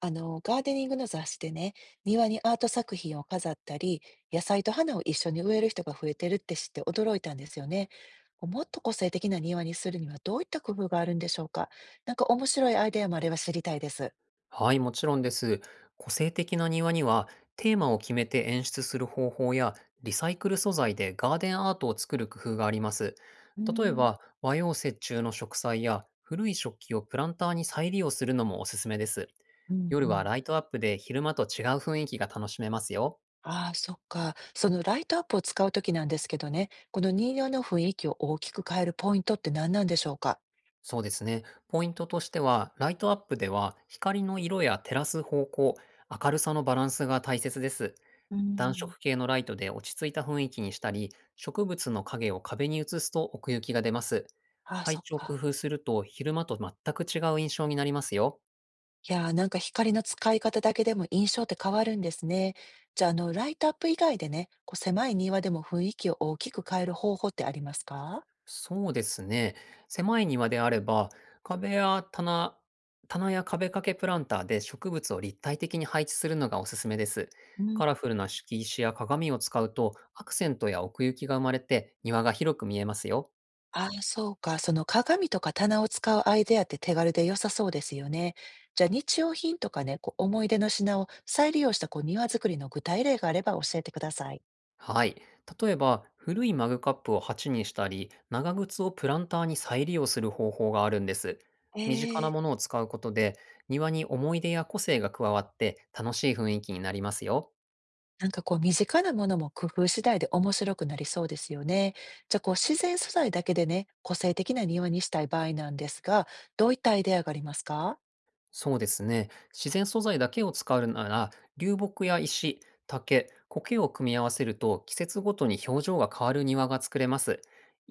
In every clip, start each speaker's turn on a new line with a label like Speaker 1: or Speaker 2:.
Speaker 1: ガーデニングの雑誌でね、庭にアート作品を飾ったり、野菜と花を一緒に植える人が増えてるって知って驚いたんですよね。もっと個性的な庭にするにはどういった工夫があるんでしょうか。なんか面白いアイデアもあれば知りたいです。
Speaker 2: はい、もちろんです。個性的な庭には、テーマを決めて演出する方法や、リサイクル素材でガーデンアートを作る工夫があります。
Speaker 1: う
Speaker 2: 例え
Speaker 1: ん、
Speaker 2: ば、和洋折衷の植栽や、古い食器をプランターに再利用するのもおすすめです。
Speaker 1: うん、う
Speaker 2: 夜は
Speaker 1: ん。
Speaker 2: ライトアップで昼間と違う雰囲気が楽しめますよ。
Speaker 1: ああ、そっか。そのライトアップを使うときなんですけどね、この人形の雰囲気を大きく変えるポイントって何なんでしょうか。
Speaker 2: そうですね。ポイントとしては、ライトアップでは光の色や照らす方向、明るさのバランスが大切です。
Speaker 1: う
Speaker 2: 暖
Speaker 1: ん
Speaker 2: 色系のライトで落ち着いた雰囲気にしたり、植物の影を壁に映すと奥行きが出ます。
Speaker 1: ああ、
Speaker 2: 配
Speaker 1: そっ
Speaker 2: 置を工
Speaker 1: か。
Speaker 2: 夫すると昼間と全く違う印象になりますよ。
Speaker 1: いやー、なんか光の使い方だけでも印象って変わるんですね。じゃあ、ライトアップ以外でね、狭い庭でも雰囲気を大きく変える方法ってありますか？
Speaker 2: そうですね。狭い庭であれば、壁や棚、棚や壁掛けプランターで植物を立体的に配置するのがおすすめです。
Speaker 1: うん。
Speaker 2: カラフルな敷石や鏡を使うとアクセントや奥行きが生まれて庭が広く見えますよ。
Speaker 1: ああ、そうか。その鏡とか棚を使うアイデアって手軽で良さそうですよね。じゃあ、日用品とかね、思い出の品を再利用した庭作りの具体例があれば教えてください。
Speaker 2: はい。例えば、古いマグカップを鉢にしたり、長靴をプランターに再利用する方法があるんです。
Speaker 1: え
Speaker 2: 身近なも
Speaker 1: え。
Speaker 2: のを使うことで、庭に思い出や個性が加わって楽しい雰囲気になりますよ。
Speaker 1: なんか身近なものも工夫次第で面白くなりそうですよね。じゃあ自然素材だけでね、個性的な庭にしたい場合なんですが、どういったアイデアがありますか？
Speaker 2: そうですね。自然素材だけを使うなら、流木や石、竹、苔を組み合わせると季節ごとに表情が変わる庭が作れます。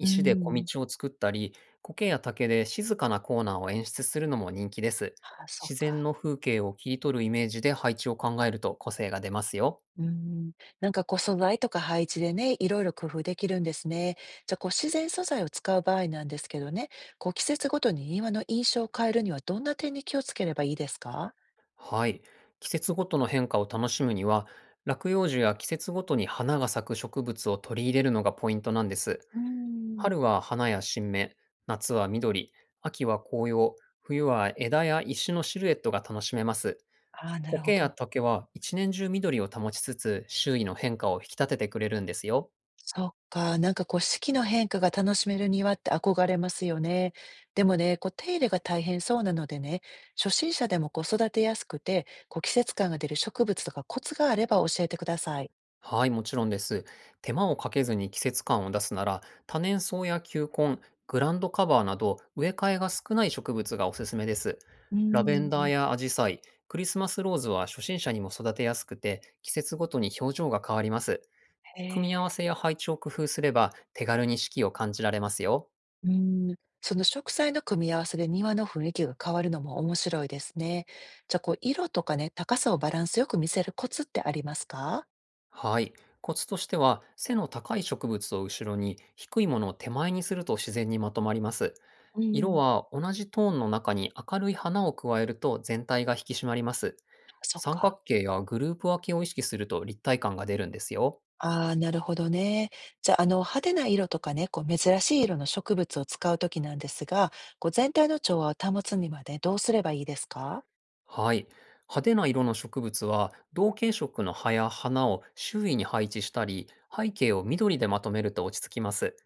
Speaker 1: う
Speaker 2: で小
Speaker 1: ん。
Speaker 2: 道を作ったり、苔や竹で静かなコーナーを演出するのも人気です。
Speaker 1: ああ、そっ
Speaker 2: 自然
Speaker 1: か。
Speaker 2: の風景を切り取るイメージで配置を考えると個性が出ますよ。
Speaker 1: うん。なんか素材とか配置でね、いろいろ工夫できるんですね。じゃあ自然素材を使う場合なんですけどね、季節ごとに庭の印象を変えるにはどんな点に気をつければいいですか？
Speaker 2: はい。季節ごとの変化を楽しむには、落葉樹や季節ごとに花が咲く植物を取り入れるのがポイントなんです。
Speaker 1: うん。
Speaker 2: 春は花や新芽、夏は緑、秋は紅葉、冬は枝や石のシルエットが楽しめます。
Speaker 1: ああ、なるほ
Speaker 2: 苔や
Speaker 1: ど。
Speaker 2: 竹は一年中緑を保ちつつ、周囲の変化を引き立ててくれるんですよ。
Speaker 1: そっか、なんか四季の変化が楽しめる庭って憧れますよね。でもね、手入れが大変そうなのでね、初心者でも育てやすくて、季節感が出る植物とかコツがあれば教えてください。
Speaker 2: はい、もちろんです。手間をかけずに季節感を出すなら、多年草や球根、グランドカバーなど植え替えが少ない植物がおすすめです。
Speaker 1: うー
Speaker 2: ラベンダー
Speaker 1: ん、
Speaker 2: やアジサイ、クリスマスローズは初心者にも育てやすくて、季節ごとに表情が変わります。
Speaker 1: へ
Speaker 2: 組み合わ
Speaker 1: え。
Speaker 2: せや配置を工夫すれば手軽に四季を感じられますよ。
Speaker 1: うーん。その植栽の組み合わせで庭の雰囲気が変わるのも面白いですね。じゃあ色とかね、高さをバランスよく見せるコツってありますか？
Speaker 2: はい。コツとしては、背の高い植物を後ろに、低いものを手前にすると自然にまとまります。
Speaker 1: う
Speaker 2: 色
Speaker 1: ん、あ、
Speaker 2: は同じトーンの中に明るい花を加えると全体が引き締まります。
Speaker 1: そっ
Speaker 2: 三
Speaker 1: か。
Speaker 2: 角形やグループ分けを意識すると立体感が出るんですよ。
Speaker 1: ああ、なるほどね。じゃあ、派手な色とかね、珍しい色の植物を使うときなんですが、全体の調和を保つにまでどうすればいいですか？
Speaker 2: はい。派手な色の植物は同系色の葉や花を周囲に配置したり、背景を緑でまとめると落ち着きます。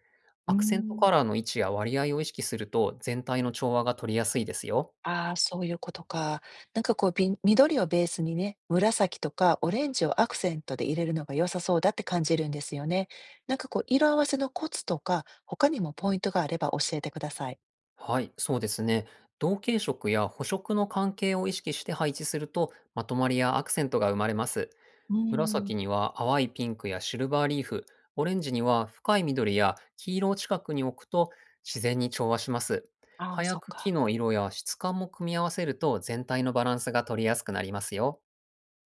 Speaker 1: うー
Speaker 2: アクセント
Speaker 1: ん。
Speaker 2: カラーの位置や割合を意識すると全体の調和が取りやすいですよ。
Speaker 1: ああ、そういうことか。なんか緑をベースにね、紫とかオレンジをアクセントで入れるのが良さそうだって感じるんですよね。なんか色合わせのコツとか、他にもポイントがあれば教えてください。
Speaker 2: はい、そうですね。同系色や補色の関係を意識して配置すると、まとまりやアクセントが生まれます。
Speaker 1: うーん。
Speaker 2: 紫には淡いピンクやシルバーリーフ、オレンジには深い緑や黄色を近くに置くと自然に調和します。
Speaker 1: ああ、
Speaker 2: 葉や
Speaker 1: そっか。
Speaker 2: 茎の色や質感も組み合わせると全体のバランスが取りやすくなりますよ。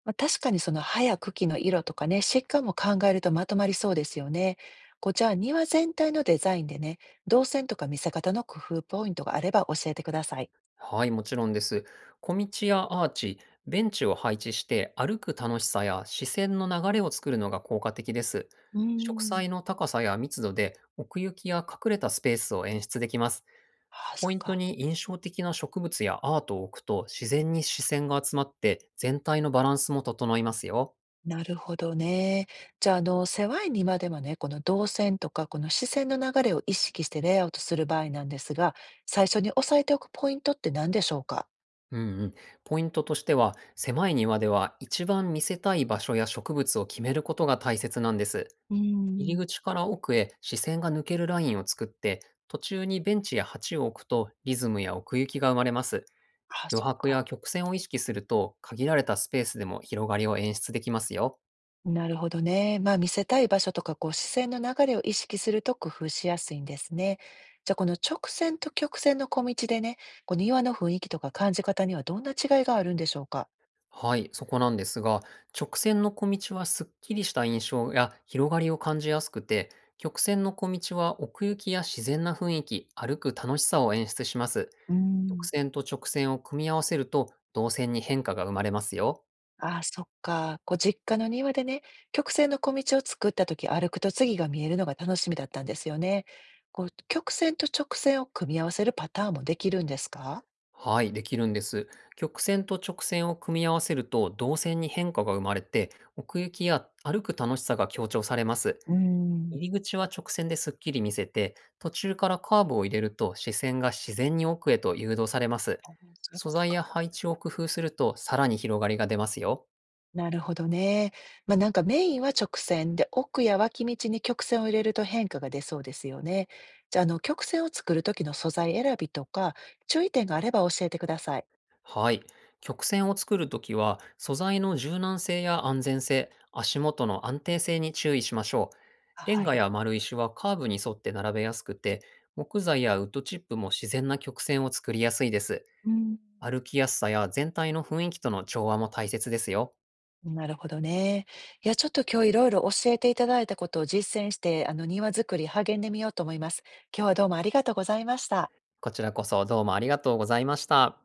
Speaker 1: まあ、確かにその葉や茎の色とかね、疾患も考えるとまとまりそうですよね。じゃあ庭全体のデザインでね、動線とか見せ方の工夫ポイントがあれば教えてください。
Speaker 2: はい、もちろんです。小道やアーチ、ベンチを配置して歩く楽しさや視線の流れを作るのが効果的です。
Speaker 1: うー
Speaker 2: 植
Speaker 1: ん。
Speaker 2: 栽の高さや密度で奥行きや隠れたスペースを演出できます。
Speaker 1: ああ、そ
Speaker 2: ポ
Speaker 1: っ
Speaker 2: イント
Speaker 1: か。
Speaker 2: に印象的な植物やアートを置くと自然に視線が集まって全体のバランスも整いますよ。
Speaker 1: なるほどね。じゃあ、狭い庭でもね、この動線とか、この視線の流れを意識してレイアウトする場合なんですが、最初に押さえておくポイントって何でしょうか？
Speaker 2: うんうん。ポイントとしては、狭い庭では一番見せたい場所や植物を決めることが大切なんです。
Speaker 1: うー
Speaker 2: 入り
Speaker 1: ん。
Speaker 2: 口から奥へ視線が抜けるラインを作って、途中にベンチや鉢を置くとリズムや奥行きが生まれます。
Speaker 1: ああ、
Speaker 2: 余
Speaker 1: そう
Speaker 2: 白や
Speaker 1: か。
Speaker 2: 曲線を意識すると、限られたスペースでも広がりを演出できますよ。
Speaker 1: なるほどね。まあ、見せたい場所とか、視線の流れを意識すると工夫しやすいんですね。じゃあ、この直線と曲線の小道でね、庭の雰囲気とか感じ方にはどんな違いがあるんでしょうか？
Speaker 2: はい、そこなんですが、直線の小道はすっきりした印象や広がりを感じやすくて、曲線の小道は奥行きや自然な雰囲気、歩く楽しさを演出します。
Speaker 1: うー
Speaker 2: 曲
Speaker 1: ん、
Speaker 2: 線と直線を組み合わせると、動線に変化が生まれますよ。
Speaker 1: ああ、そっか。実家の庭でね、曲線の小道を作った時、歩くと次が見えるのが楽しみだったんですよね。曲線と直線を組み合わせるパターンもできるんですか？
Speaker 2: はい、できるんです。曲線と直線を組み合わせると動線に変化が生まれて、奥行きや歩く楽しさが強調されます。
Speaker 1: うーん。
Speaker 2: 入り口は直線ですっきり見せて、途中からカーブを入れると視線が自然に奥へと誘導されます。
Speaker 1: あ、そういう
Speaker 2: 素
Speaker 1: こと
Speaker 2: 材や
Speaker 1: か。
Speaker 2: 配置を工夫するとさらに広がりが出ますよ。
Speaker 1: なるほどね。まあ、なんかメインは直線で、奥や脇道に曲線を入れると変化が出そうですよね。じゃあ、曲線を作る時の素材選びとか、注意点があれば教えてください。
Speaker 2: はい。曲線を作るときは、素材の柔軟性や安全性、足元の安定性に注意しましょう。レン
Speaker 1: は
Speaker 2: ガ
Speaker 1: い。
Speaker 2: や丸石はカーブに沿って並べやすくて、木材やウッドチップも自然な曲線を作りやすいです。
Speaker 1: うん。
Speaker 2: 歩きやすさや全体の雰囲気との調和も大切ですよ。
Speaker 1: なるほどね。いや、ちょっと今日いろいろ教えていただいたことを実践して、庭作り励んでみようと思います。今日はどうもありがとうございました。
Speaker 2: こちらこそどうもありがとうございました。